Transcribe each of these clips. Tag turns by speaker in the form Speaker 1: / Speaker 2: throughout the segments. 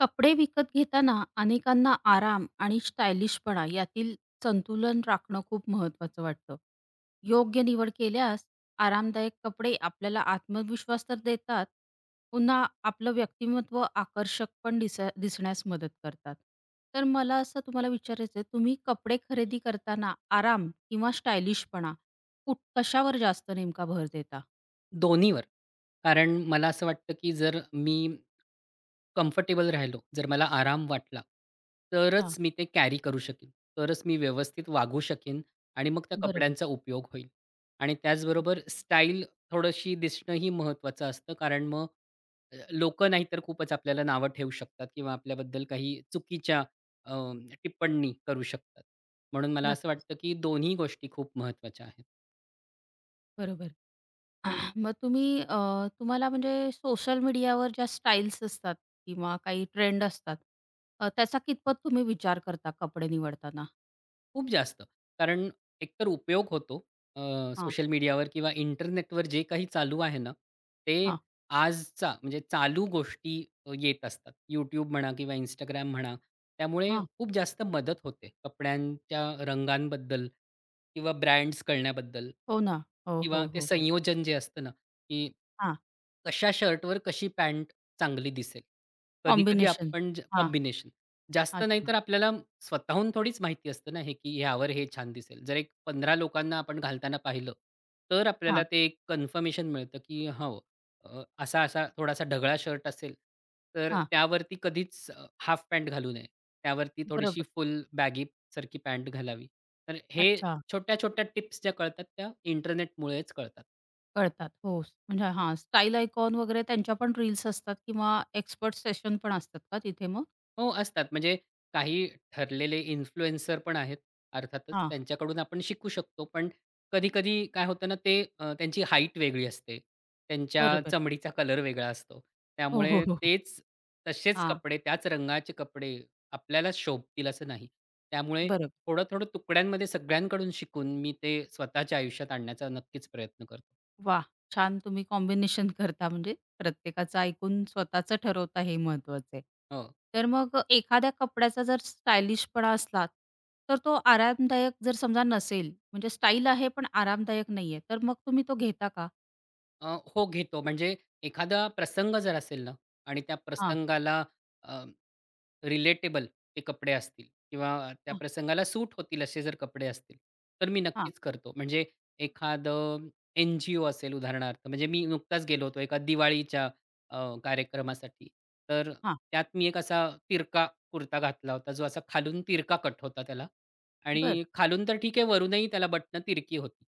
Speaker 1: कपडे विकत घेताना अनेकांना आराम आणि स्टायलिशपणा यातील संतुलन राखणं खूप महत्वाचं वाटतं. योग्य निवड केल्यास आरामदायक कपडे आपल्याला आत्मविश्वास तर देतात, पुन्हा आपलं व्यक्तिमत्व आकर्षक पण दिसण्यास मदत करतात. तर मला असं तुम्हाला विचारायचं तुम्ही कपडे खरेदी करताना आराम किंवा स्टायलिशपणा कशावर जास्त नेमका भर देता?
Speaker 2: दोन्हीवर. कारण मला असं वाटतं, की जर मी कम्फर्टेबल राहिलो, जर मला आराम वाटला,
Speaker 1: हां,
Speaker 2: तरच मी ते कॅरी करू शकेन. तरच मी व्यवस्थित वागू शकेन आणि मग त्या
Speaker 1: बरोबर.
Speaker 2: कपड्यांचा उपयोग होईल. आणि त्याचबरोबर स्टाईल थोडीशी दिसणंही महत्त्वाचं असतं. कारण मग लोकं नाहीतर खूपच आपल्याला नावं ठेवू शकतात किंवा आपल्याबद्दल काही चुकीच्या अ, टिप्पणी करू शकतात. म्हणून मला असं
Speaker 1: नक्कीच.
Speaker 2: वाटतं, की दोन्ही गोष्टी खूप महत्त्वाच्या आहेत.
Speaker 1: बरोबर. आह, मग तुम्ही तुम्हाला म्हणजे सोशल मीडियावर ज्या स्टाईल्स असतात किंवा काही ट्रेंड असतात, त्याचा कितपत तुम्ही विचार करता कपडे निवडताना?
Speaker 2: खूप जास्त. कारण एकतर उपयोग होतो अ,
Speaker 1: हां,
Speaker 2: सोशल मीडियावर किंवा इंटरनेटवर जे काही चालू आहे ना, ते
Speaker 1: हां,
Speaker 2: आजचा म्हणजे चालू गोष्टी येत असतात. YouTube म्हणा किंवा इंस्टाग्राम म्हणा. त्यामुळे
Speaker 1: हां.
Speaker 2: खूप जास्त मदत होते कपड्यांच्या रंगांबद्दल किंवा ब्रँड्स कळण्याबद्दल
Speaker 1: हो ना. हो,
Speaker 2: किंवा
Speaker 1: हो,
Speaker 2: ते
Speaker 1: हो, हो.
Speaker 2: संयोजन जे असतं ना, की
Speaker 1: हां,
Speaker 2: कशा शर्टवर कशी पॅन्ट चांगली दिसेल. कधी-कधी
Speaker 1: कॉम्बिनेशन.
Speaker 2: आपण
Speaker 1: हां,
Speaker 2: कॉम्बिनेशन. जास्त नाही
Speaker 1: अच्छा.
Speaker 2: तर आपल्याला स्वतःहून थोडीच माहिती असतं ना, हे की ह्यावर हे छान दिसेल. जर एक 15 लोकांना आपण घालताना पाहिलं, तर आपल्याला
Speaker 1: हां,
Speaker 2: ते एक कन्फर्मेशन मिळतं, की हो, असा-असा थोडासा ढगळा शर्ट असेल, तर
Speaker 1: हां.
Speaker 2: त्यावरती कधीच हाफ पॅन्ट घालू नये. त्यावरती थोडीशी
Speaker 1: बरोबर.
Speaker 2: फुल बॅगी सारखी पॅन्ट घालावी. तर हे
Speaker 1: अच्छा.
Speaker 2: छोट्या-छोट्या टिप्स ज्या कळतात, त्या इंटरनेटमुळेच कळतात.
Speaker 1: कळतात. हो. म्हणजे हां, स्टाईल आयकॉन वगैरे त्यांच्या पण रील्स असतात किंवा एक्सपर्ट सेशन पण असतात का तिथे मग?
Speaker 2: हो, असतात. म्हणजे काही ठरलेले इन्फ्लुएन्सर पण आहेत अर्थातच.
Speaker 1: हां,
Speaker 2: त्यांच्याकडून आपण शिकू शकतो. पण कधी-कधी काय होतं ना ते त्यांची हाईट वेगळी असते. त्यांच्या
Speaker 1: बरोबर.
Speaker 2: चमडीचा कलर वेगळा असतो.
Speaker 1: हो, हो,
Speaker 2: त्यामुळे
Speaker 1: हो, हो.
Speaker 2: तसेच
Speaker 1: हां,
Speaker 2: कपडे, त्याच रंगाचे कपडे आपल्याला शोभतील असं नाही. त्यामुळे
Speaker 1: बरोबर.
Speaker 2: थोडं-थोडं तुकड्यांमध्ये सगळ्यांकडून शिकून मी ते स्वतःच्या आयुष्यात आणण्याचा नक्कीच प्रयत्न करतो.
Speaker 1: वा, छान तुम्ही कॉम्बिनेशन करता म्हणजे प्रत्येकाचं ऐकून स्वतःचं ठरवता हे महत्वाचं आहे.
Speaker 2: हो.
Speaker 1: तर मग एखाद्या कपड्याचा जर स्टायलिशपणा असला, तर तो आरामदायक जर समजा नसेल म्हणजे स्टाईल आहे पण आरामदायक नाहीये, तर मग तुम्ही तो घेता का?
Speaker 2: हो घेतो. म्हणजे एखादा प्रसंग जर असेल ना आणि त्या
Speaker 1: हां,
Speaker 2: प्रसंगाला अ, रिलेटेबल ते कपडे असतील किंवा त्या
Speaker 1: हां,
Speaker 2: प्रसंगाला सूट होतील असे जर कपडे असतील, तर मी
Speaker 1: हां,
Speaker 2: नक्कीच करतो. म्हणजे एखादं एन-जी-ओ असेल उदाहरणार्थ, म्हणजे मी नुकताच गेलो होतो एका दिवाळीच्या अ, कार्यक्रमासाठी. तर
Speaker 1: हां.
Speaker 2: त्यात मी एक असा तिरका कुर्ता घातला होता, जो असा खालून तिरका कट होता त्याला
Speaker 1: बरं.
Speaker 2: आणि खालून तर ठीक आहे, वरूनही त्याला बटणं तिरकी होती.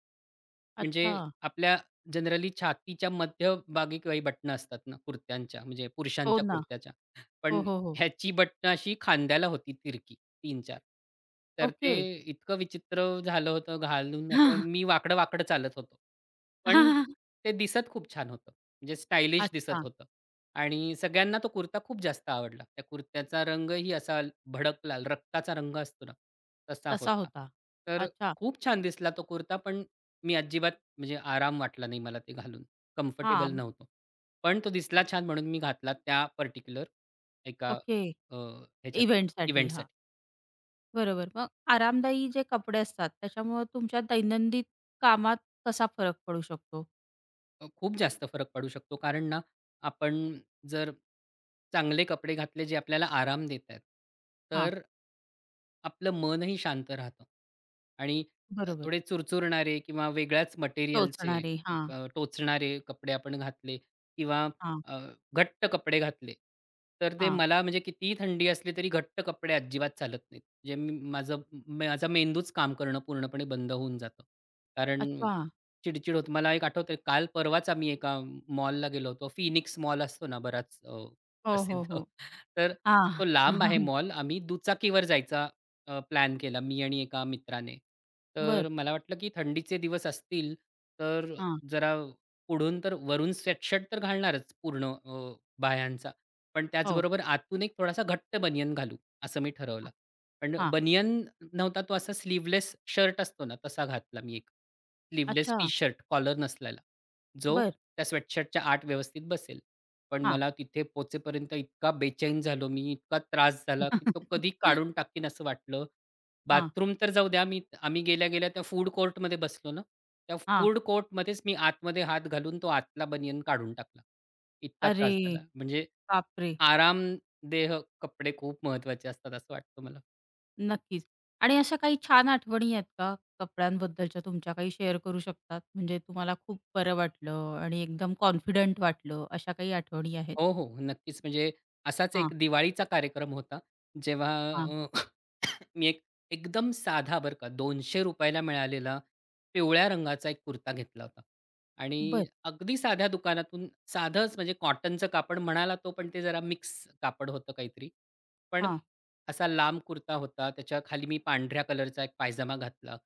Speaker 1: अच्छा.
Speaker 2: म्हणजे आपल्या जनरली छातीच्या मध्यभागी काही बटणं असतात ना कुर्त्यांच्या, म्हणजे
Speaker 1: हो
Speaker 2: पुरुषांच्या
Speaker 1: ना.
Speaker 2: कुर्त्याच्या.
Speaker 1: हो,
Speaker 2: पण
Speaker 1: हो, हो.
Speaker 2: ह्याची बटणं अशी खांद्याला होती तिरकी 3-4. तर ते
Speaker 1: ओके.
Speaker 2: इतकं विचित्र झालं होतं घालून असं मी वाकडं-वाकडं चालत होतो.
Speaker 1: हा,
Speaker 2: पण
Speaker 1: हा, हा,
Speaker 2: ते दिसत खूप छान होतं. म्हणजे स्टायलिश दिसत
Speaker 1: अच्छा.
Speaker 2: होतं आणि सगळ्यांना तो कुर्ता खूप जास्त आवडला. त्या कुर्त्याचा रंगही असा भडक लाल रक्ताचा रंग असतो ना, तसा
Speaker 1: तसा
Speaker 2: होता.
Speaker 1: होता.
Speaker 2: तर
Speaker 1: अच्छा.
Speaker 2: खूप छान दिसला तो कुर्ता, पण मी अजिबात म्हणजे आराम वाटला नाही मला ते घालून. कम्फर्टेबल
Speaker 1: हां.
Speaker 2: नव्हतो. पण तो
Speaker 1: अ,
Speaker 2: दिसला छान म्हणून मी घातला त्या पार्टिक्युलर एका
Speaker 1: ओके.
Speaker 2: अ, ह्याच्यासाठी
Speaker 1: इव्हेंटसाठी.
Speaker 2: इव्हेंटसाठी.
Speaker 1: बरोबर. मग आरामदायी जे कपडे असतात, त्याच्यामुळं तुमच्या दैनंदिन कामात कसा फरक पडू शकतो?
Speaker 2: खूप जास्त फरक पडू शकतो. कारण ना, आपण जर चांगले कपडे घातले जे आपल्याला आराम देत आहेत,
Speaker 1: हां,
Speaker 2: तर आपलं मनही शांत राहतं आणि
Speaker 1: बरोबर.
Speaker 2: थोडे चुरचुरणारे किंवा वेगळ्याच मटेरियलचे
Speaker 1: टोचणारे. हां,
Speaker 2: टोचणारे कपडे आपण घातले किंवा
Speaker 1: हां,
Speaker 2: अ, घट्ट कपडे घातले, तर ते
Speaker 1: हां.
Speaker 2: मला म्हणजे कितीही थंडी असली तरी घट्ट कपडे अजिबात चालत नाहीत. म्हणजे मी माझं माझा मेंदूच काम करणं पूर्णपणे बंद होऊन जातं. कारण
Speaker 1: अच्छा.
Speaker 2: चिडचिड होते. मला एक आठवतंय काल परवाच आम्ही एका मॉलला गेलो होतो. फिनिक्स मॉल असतो ना बराच
Speaker 1: हो, हो,
Speaker 2: प्रसिद्ध.
Speaker 1: हो.
Speaker 2: तर
Speaker 1: हां.
Speaker 2: तो लांब आहे मॉल. आम्ही दुचाकीवर जायचा प्लॅन केला मी आणि एका मित्राने.
Speaker 1: बरं.
Speaker 2: तर मला वाटलं की थंडीचे दिवस असतील तर
Speaker 1: हां.
Speaker 2: जरा पुढून तर वरून स्वेटशर्ट तर घालणारच पूर्ण बाह्यांचा. पण
Speaker 1: हो.
Speaker 2: त्याचबरोबर आतून एक थोडासा घट्ट बनियन घालू असं मी ठरवलं. पण
Speaker 1: हां.
Speaker 2: बनियन नव्हता तो असा स्लीव्हलेस शर्ट असतो ना तसा घातला मी एक. स्लीव्हलेस
Speaker 1: अच्छा.
Speaker 2: टी-शर्ट कॉलर नसलेला, जो
Speaker 1: बरं.
Speaker 2: त्या स्वेटशर्टच्या आत व्यवस्थित बसेल. पण
Speaker 1: हां.
Speaker 2: मला तिथे पोहोचेपर्यंत इतका बेचैन झालो मी, इतका त्रास झाला, की तो कधी काढून टाकीन असं वाटलं.
Speaker 1: हां, हां.
Speaker 2: बाथरूम तर जाऊ द्या, आम्ही गेल्या-गेल्या त्या फूड कोर्टमध्ये बसलो ना, त्या फूड कोर्टमध्येच मी आतमध्ये हात घालून तो आतला बनियन काढून टाकला. इतका
Speaker 1: अरे
Speaker 2: त्रास झाला. म्हणजे
Speaker 1: बापरे!
Speaker 2: आरामदेह कपडे खूप महत्त्वाचे असतात असं वाटतं मला.
Speaker 1: नक्कीच. आणि अशा काही छान आठवणी आहेत का कपड्यांबद्दलच्या तुमच्या काही शेअर करू शकतात? म्हणजे तुम्हाला खूप बरं वाटलं आणि एकदम कॉन्फिडंट वाटलं, अशा काही आठवणी आहेत?
Speaker 2: हो, हो. नक्कीच. म्हणजे असाच
Speaker 1: हां,
Speaker 2: एक दिवाळीचा कार्यक्रम होता. जेव्हा
Speaker 1: हां.
Speaker 2: अ मी एक एकदम साधा बरं का ₹200 ला मिळालेला पिवळ्या रंगाचा एक कुर्ता घेतला होता आणि
Speaker 1: बरं.
Speaker 2: अगदी साध्या दुकानातून साधंच म्हणजे कॉटनचं कापड म्हणाला तो, पण ते जरा मिक्स कापड होतं काहीतरी. पण
Speaker 1: हां,
Speaker 2: असा लांब कुर्ता होता. त्याच्या खाली मी पांढऱ्या कलरचा एक पायजामा घातला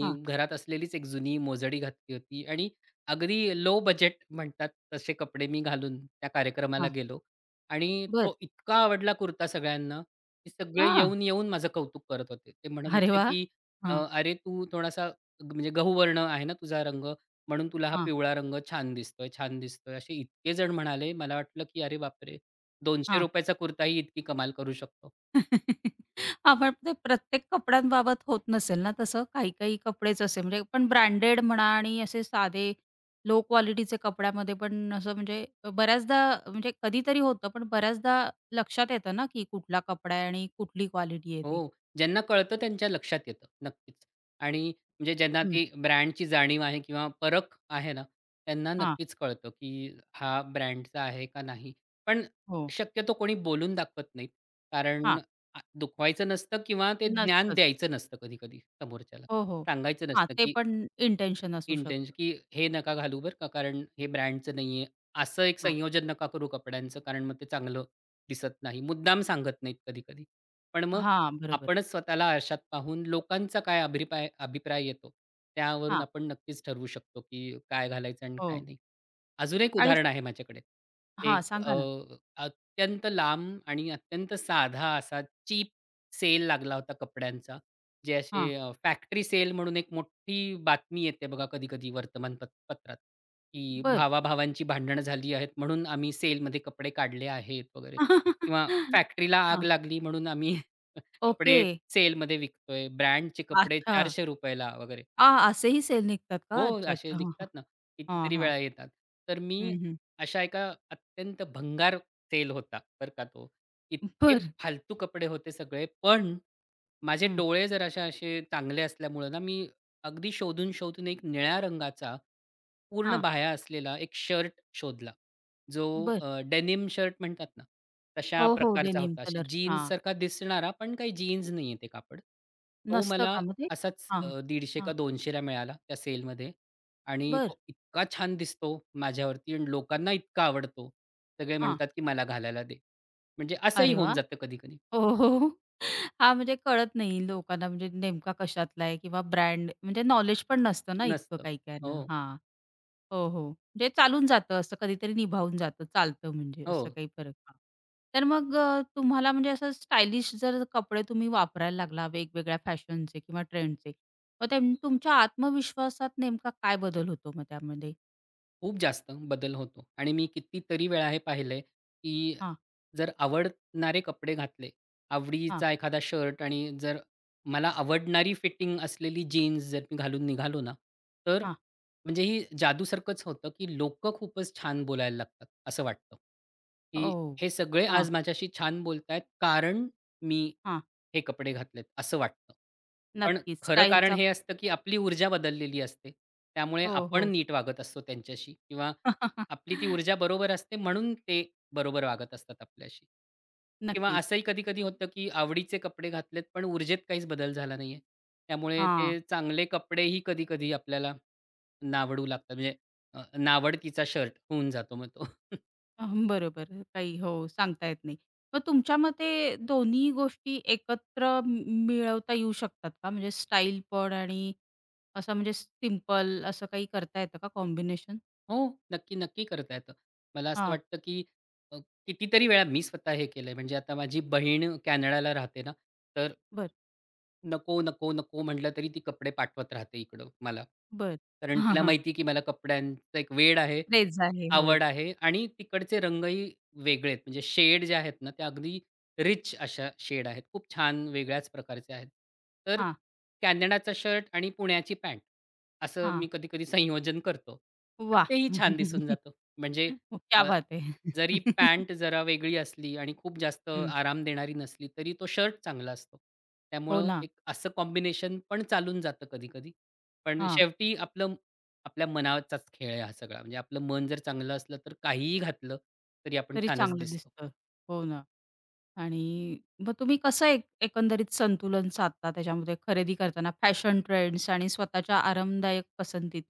Speaker 1: हां,
Speaker 2: घरात असलेलीच एक जुनी मोजडी घातली होती आणि अगदी लो बजेट म्हणतात तसे कपडे मी घालून त्या कार्यक्रमाला
Speaker 1: हां.
Speaker 2: गेलो आणि
Speaker 1: बरं.
Speaker 2: तो इतका आवडला कुर्ता सगळ्यांना ते सगळे
Speaker 1: हां.
Speaker 2: येऊन-येऊन माझं कौतुक करत होते. ते म्हणत
Speaker 1: अरे
Speaker 2: होते,
Speaker 1: वाह!
Speaker 2: की
Speaker 1: हां,
Speaker 2: "अरे, तू थोडासा म्हणजे गहूवर्ण आहे ना तुझा रंग, म्हणून तुला हा
Speaker 1: हां,
Speaker 2: पिवळा रंग छान दिसतोय, छान दिसतोय." असे इतके जण म्हणाले. मला वाटलं, की अरे बापरे! ₹200
Speaker 1: हां.
Speaker 2: चा कुर्ताही इतकी कमाल करू शकतो.
Speaker 1: हां, पण ते प्रत्येक कपड्यांबाबत होत नसेल ना तसं? काही-काही कपडेच असे म्हणजे पण ब्रँडेड म्हणा आणि असे साधे लो क्वालिटीचे कपड्यामध्ये पण असं म्हणजे बऱ्याचदा म्हणजे कधीतरी होतं, पण बऱ्याचदा लक्षात येतं ना की कुठला कपडा आहे आणि कुठली क्वालिटी आहे ती.
Speaker 2: हो. ज्यांना कळतं त्यांच्या लक्षात येतं नक्कीच. आणि म्हणजे ज्यांना
Speaker 1: हं.
Speaker 2: ती ब्रँडची जाणीव आहे किंवा परख आहे ना, त्यांना
Speaker 1: हां.
Speaker 2: नक्कीच कळतं, की हा ब्रँडचा आहे का नाही. पण
Speaker 1: हो.
Speaker 2: शक्यतो कोणी बोलून दाखवत नाहीत. कारण
Speaker 1: हां.
Speaker 2: दुखवायचं नसतं किंवा ते ज्ञान
Speaker 1: नसतंच.
Speaker 2: द्यायचं नसतं कधी-कधी समोरच्याला.
Speaker 1: हो, हो.
Speaker 2: सांगायचं
Speaker 1: हां,
Speaker 2: नसतं,
Speaker 1: ते
Speaker 2: की
Speaker 1: पण इंटेन्शन असू शकतं.
Speaker 2: की हे नका घालू बरं का, कारण हे ब्रँडचं नाहीये. असं एक
Speaker 1: हां.
Speaker 2: संयोजन नका करू कपड्यांचं, कारण मग ते चांगलं दिसत नाही. मुद्दाम सांगत नाहीत कधी-कधी. पण मग
Speaker 1: हां, बरोबर.
Speaker 2: आपणच स्वतःला आरशात पाहून लोकांचा काय अभिप्राय अभिप्राय येतो, त्यावरून
Speaker 1: हां,
Speaker 2: आपण नक्कीच ठरवू शकतो, की काय घालायचं आणि
Speaker 1: हो
Speaker 2: काय नाही. अजून एक
Speaker 1: आणि
Speaker 2: उदाहरण आहे माझ्याकडे.
Speaker 1: हां,
Speaker 2: एक
Speaker 1: सांगा ना?
Speaker 2: अत्यंत लांब आणि अत्यंत साधा असा चीप सेल लागला होता कपड्यांचा. जे
Speaker 1: हां,
Speaker 2: असे फॅक्टरी सेल म्हणून एक मोठी बातमी येते बघा कधी-कधी पत्रात, की
Speaker 1: बरं.
Speaker 2: भावा-भावांची भांडणं झाली आहेत म्हणून आम्ही सेलमध्ये कपडे काढले आहेत वगैरे किंवा फॅक्टरीला आग
Speaker 1: हां,
Speaker 2: लागली म्हणून आम्ही
Speaker 1: ओके.
Speaker 2: कपडे सेलमध्ये विकतोय. ब्रँडचे कपडे
Speaker 1: अच्छा.
Speaker 2: ₹400 ला वगैरे.
Speaker 1: आ, असेही सेल निघतात
Speaker 2: हो,
Speaker 1: का? अच्छा,
Speaker 2: असे
Speaker 1: अच्छा. हां, हां.
Speaker 2: निघतात ना,
Speaker 1: हां,
Speaker 2: कितीतरी
Speaker 1: हां.
Speaker 2: वेळा येतात. तर मी
Speaker 1: हं, हं.
Speaker 2: अशा एका अत्यंत भंगार सेल होता बरं का तो. इतके
Speaker 1: बरं.
Speaker 2: फालतू कपडे होते सगळे, पण माझे
Speaker 1: हं.
Speaker 2: डोळे जराशे असे चांगले असल्यामुळं ना, मी अगदी शोधून-शोधून एक निळ्या रंगाचा, पूर्ण
Speaker 1: हां,
Speaker 2: बाह्या असलेला एक शर्ट शोधला. जो
Speaker 1: बरं.
Speaker 2: डेनिम शर्ट म्हणतात ना, तशा
Speaker 1: हो, हो.
Speaker 2: प्रकारचा
Speaker 1: डेनिम
Speaker 2: होता. अशी
Speaker 1: कलर. हां,
Speaker 2: जीन्ससारखा दिसणारा, पण काही जीन्स नाहीये ते कापड. तो
Speaker 1: नसतं
Speaker 2: मला
Speaker 1: का मग ते?
Speaker 2: असाच
Speaker 1: हां,
Speaker 2: 150 का
Speaker 1: हां.
Speaker 2: 200 मिळाला त्या सेलमध्ये आणि
Speaker 1: बरं.
Speaker 2: तो इतका छान दिसतो माझ्यावरती आणि लोकांना इतका आवडतो. सगळे
Speaker 1: हां.
Speaker 2: म्हणतात, की "मला घालायला दे." म्हणजे असंही
Speaker 1: अरे
Speaker 2: होऊन
Speaker 1: वाह!
Speaker 2: जातं कधी-कधी.
Speaker 1: हो, हो. हां, म्हणजे कळत नाही लोकांना म्हणजे नेमका कशातला आहे किंवा ब्रँड म्हणजे नॉलेज पण नसतं ना इतकं
Speaker 2: नसतं.
Speaker 1: काही काहींना.
Speaker 2: हो.
Speaker 1: हां. हो, हो. म्हणजे चालून जातं असं कधीतरी निभावून जातं, चालतं म्हणजे
Speaker 2: हो.
Speaker 1: असं काही फरक हां. तर मग तुम्हाला म्हणजे असं स्टायलिश जर कपडे तुम्ही वापरायला लागला वेगवेगळ्या फॅशनचे किंवा ट्रेंडचे, मग तुमच्या आत्मविश्वासात नेमका काय बदल होतो मग त्यामध्ये?
Speaker 2: खूप जास्त बदल होतो आणि मी कितीतरी वेळा हे पाहिलंय, की
Speaker 1: हां,
Speaker 2: जर आवडणारे कपडे घातले,
Speaker 1: हां,
Speaker 2: आवडीचा एखादा शर्ट आणि जर मला आवडणारी फिटिंग असलेली जीन्स जर मी घालून निघालो ना, तर
Speaker 1: हां.
Speaker 2: म्हणजे ही जादूसारखंच होतं, की लोकं खूपच छान बोलायला लागतात असं वाटतं, की
Speaker 1: हो.
Speaker 2: हे सगळे
Speaker 1: हां,
Speaker 2: आज माझ्याशी छान बोलतायत कारण मी
Speaker 1: हां.
Speaker 2: हे कपडे घातलेत असं वाटतं. पण
Speaker 1: नक्कीच.
Speaker 2: खरं कारण
Speaker 1: स्टाईलचा
Speaker 2: हे असतं, की आपली ऊर्जा बदललेली असते. त्यामुळे
Speaker 1: हो,
Speaker 2: आपण
Speaker 1: हो.
Speaker 2: नीट वागत असतो त्यांच्याशी किंवा आपली ती ऊर्जा बरोबर असते म्हणून ते बरोबर वागत असतात आपल्याशी. किंवा
Speaker 1: नक्कीच.
Speaker 2: असंही कधी-कधी होतं, की आवडीचे कपडे घातलेत पण ऊर्जेत काहीच बदल झाला नाहीये. त्यामुळे
Speaker 1: हां.
Speaker 2: ते चांगले कपडेही कधी-कधी आपल्याला नावडू लागतात. म्हणजे नावडतीचा शर्ट होऊन जातो मग तो.
Speaker 1: अहं, बरोबर. काही हो, सांगता येत नाही. मग तुमच्या मते दोन्ही गोष्टी एकत्र मिळवता येऊ शकतात का? म्हणजे स्टाईल पण आणि असं म्हणजे सिंपल असं काही करता येतं का कॉम्बिनेशन?
Speaker 2: हो, नक्की, नक्की करता येतं. मला असं
Speaker 1: हां,
Speaker 2: वाटतं, की अ, कितीतरी वेळा मी स्वतः हे केलंय. म्हणजे आता माझी बहीण कॅनडाला राहते ना, तर
Speaker 1: बर,
Speaker 2: नको, नको, नको म्हटलं तरी ती कपडे पाठवत राहते इकडं मला.
Speaker 1: बर,
Speaker 2: कारण
Speaker 1: हां,
Speaker 2: तिला
Speaker 1: हां.
Speaker 2: माहिती की मला कपड्यांचा एक वेड आहे,
Speaker 1: क्रेझ आहे. हो.
Speaker 2: आवड आहे आणि तिकडचे रंगही वेगळे आहेत. म्हणजे शेड जे आहेत ना, त्या अगदी रिच अशा शेड आहेत. खूप छान वेगळ्याच प्रकारचे आहेत. तर
Speaker 1: हां,
Speaker 2: कॅनडाचा शर्ट आणि पुण्याची पॅन्ट असं
Speaker 1: हां.
Speaker 2: मी कधी-कधी संयोजन करतो. तर
Speaker 1: वाह!
Speaker 2: तेही छान दिसून जातं. म्हणजे
Speaker 1: क्या बात है!
Speaker 2: जरी पॅन्ट जरा वेगळी असली आणि खूप जास्त
Speaker 1: हं.
Speaker 2: आराम देणारी नसली, तरी तो शर्ट चांगला असतो.
Speaker 1: हो
Speaker 2: त्यामुळं
Speaker 1: ना.
Speaker 2: एक असं कॉम्बिनेशन पण चालून जातं कधी-कधी. पण
Speaker 1: हां.
Speaker 2: शेवटी आपल्या मनाचाच खेळ आहे हा सगळा. म्हणजे आपलं मन जर चांगलं असलं, तर काहीही घातलं तरी आपण
Speaker 1: तरी
Speaker 2: छानच
Speaker 1: चांगलं
Speaker 2: दिसतो.
Speaker 1: दिसतं. हो ना. आणि मग तुम्ही कसं एक एकंदरीत संतुलन साधता त्याच्यामध्ये खरेदी करताना फॅशन ट्रेंड्स आणि स्वतःच्या आरामदायक पसंतीत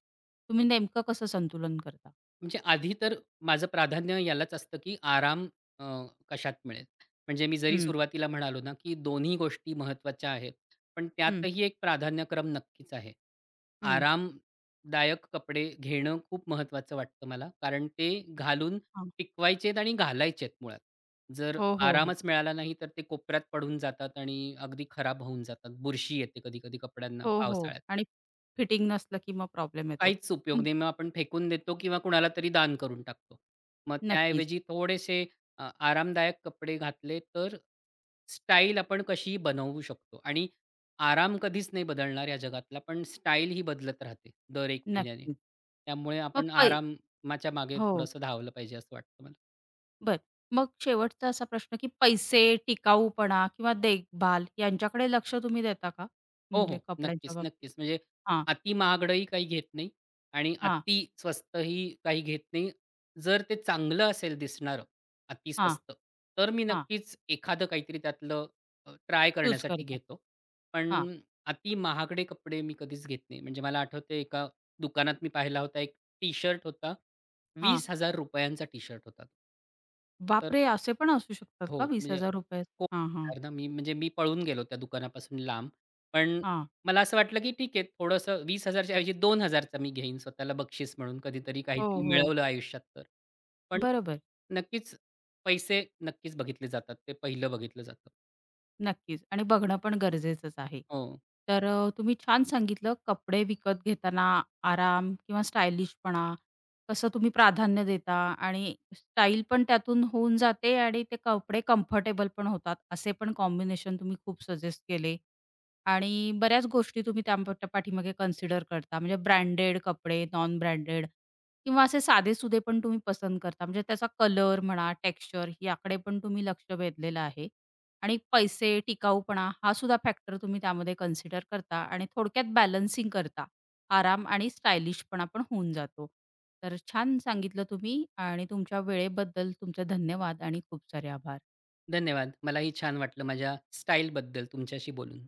Speaker 1: तुम्ही नेमकं कसं संतुलन करता?
Speaker 2: म्हणजे आधी तर माझं प्राधान्य यालाच असतं, की आराम अ, कशात मिळेल. म्हणजे मी जरी
Speaker 1: हं,
Speaker 2: सुरुवातीला म्हणालो ना, की दोन्ही गोष्टी महत्त्वाच्या आहेत, पण
Speaker 1: हं,
Speaker 2: त्यातही एक प्राधान्यक्रम नक्कीच आहे.
Speaker 1: हं.
Speaker 2: आरामदायक कपडे घेणं खूप महत्त्वाचं वाटतं मला. कारण ते घालून
Speaker 1: हां.
Speaker 2: टिकवायचेत आणि घालायचेत मुळात. जर
Speaker 1: हो, हो, हो.
Speaker 2: आरामच मिळाला नाही, तर ते कोपऱ्यात पडून जातात आणि अगदी खराब होऊन जातात. बुरशी येते कधी-कधी कपड्यांना
Speaker 1: हो, हो.
Speaker 2: पावसाळ्यात.
Speaker 1: आणि फिटिंग नसलं की मग प्रॉब्लेम येतो.
Speaker 2: काहीच उपयोग
Speaker 1: हं,
Speaker 2: नाही. मग आपण फेकून देतो किंवा कुणाला तरी दान करून टाकतो. मग
Speaker 1: नक्कीच,
Speaker 2: त्याऐवजी थोडेसे आरामदायक कपडे घातले तर स्टाईल आपण कशीही बनवू शकतो आणि आराम कधीच नाही बदलणार या जगातला, पण स्टाईल ही बदलत राहते दर एक महिन्याने.
Speaker 1: नक्कीच.
Speaker 2: त्यामुळे
Speaker 1: मग
Speaker 2: आपण
Speaker 1: पै
Speaker 2: आरामाच्या मागे
Speaker 1: हो,
Speaker 2: थोडंसं धावलं पाहिजे असं वाटतं मला.
Speaker 1: बरं. मग शेवटचा असा प्रश्न की पैसे, टिकाऊपणा किंवा देखभाल यांच्याकडे लक्ष तुम्ही देता का?
Speaker 2: हो,
Speaker 1: म्हणजे
Speaker 2: हो.
Speaker 1: कपड्यांच्या
Speaker 2: नक्कीच,
Speaker 1: बाबतीत?
Speaker 2: नक्कीच. म्हणजे
Speaker 1: हां,
Speaker 2: अति महागडंही काही घेत नाही आणि
Speaker 1: हां,
Speaker 2: अति स्वस्तही काही घेत नाही. जर ते चांगलं असेल दिसणारं, अति
Speaker 1: हां,
Speaker 2: स्वस्त, तर मी
Speaker 1: हां.
Speaker 2: नक्कीच एखादं काहीतरी त्यातलं ट्राय
Speaker 1: चूज
Speaker 2: करण्यासाठी
Speaker 1: करता.
Speaker 2: घेतो.
Speaker 1: हां.
Speaker 2: पण अति महागडे कपडे मी कधीच घेत नाही. म्हणजे मला आठवतंय एका दुकानात मी पाहिला होता एक टी-शर्ट होता.
Speaker 1: हां.
Speaker 2: ₹20,000 चा टी-शर्ट होता. तो. तर
Speaker 1: बापरे! असे पण असू शकतात
Speaker 2: हो.
Speaker 1: का
Speaker 2: म्हणजे
Speaker 1: ₹20,000?
Speaker 2: हो,
Speaker 1: हां, हां.
Speaker 2: येणार ना मी पळून गेलो त्या दुकानापासून लांब. पण
Speaker 1: हां.
Speaker 2: मला असं वाटलं, की ठीक आहे थोडंसं 20,000 च्या ऐवजी 2,000 चा मी घेईन स्वतःला बक्षीस म्हणून कधीतरी
Speaker 1: हो,
Speaker 2: काहीतरी
Speaker 1: हो.
Speaker 2: मिळवलं आयुष्यात तर. पण
Speaker 1: बरोबर.
Speaker 2: नक्कीच पैसे नक्कीच बघितले जातात. ते पहिलं बघितलं जातं.
Speaker 1: नक्कीच आणि बघणं पण गरजेचंच आहे.
Speaker 2: हो,
Speaker 1: तर तुम्ही छान सांगितलं कपडे विकत घेताना आराम किंवा स्टायलिशपणा कसं तुम्ही प्राधान्य देता आणि स्टाईल पण त्यातून होऊन जाते आणि ते कपडे कम्फर्टेबल पण होतात, असे पण कॉम्बिनेशन तुम्ही खूप सजेस्ट केले. आणि बऱ्याच गोष्टी तुम्ही त्या पाठीमागे कन्सिडर करता. म्हणजे ब्रँडेड कपडे, नॉन ब्रँडेड किंवा असे साधेसुधे पण तुम्ही पसंत करता. म्हणजे त्याचा कलर म्हणा, टेक्स्चर याकडे पण तुम्ही लक्ष वेधलेलं आहे आणि पैसे, टिकाऊपणा हा सुद्धा फॅक्टर तुम्ही त्यामध्ये कन्सिडर करता आणि थोडक्यात बॅलन्सिंग करता. आराम आणि स्टायलिशपणा पण होऊन जातो. तर छान सांगितलं तुम्ही आणि तुमच्या वेळेबद्दल तुमचे धन्यवाद आणि खूप सारे आभार.
Speaker 2: धन्यवाद. मलाही छान वाटलं माझ्या स्टाईलबद्दल तुमच्याशी बोलून.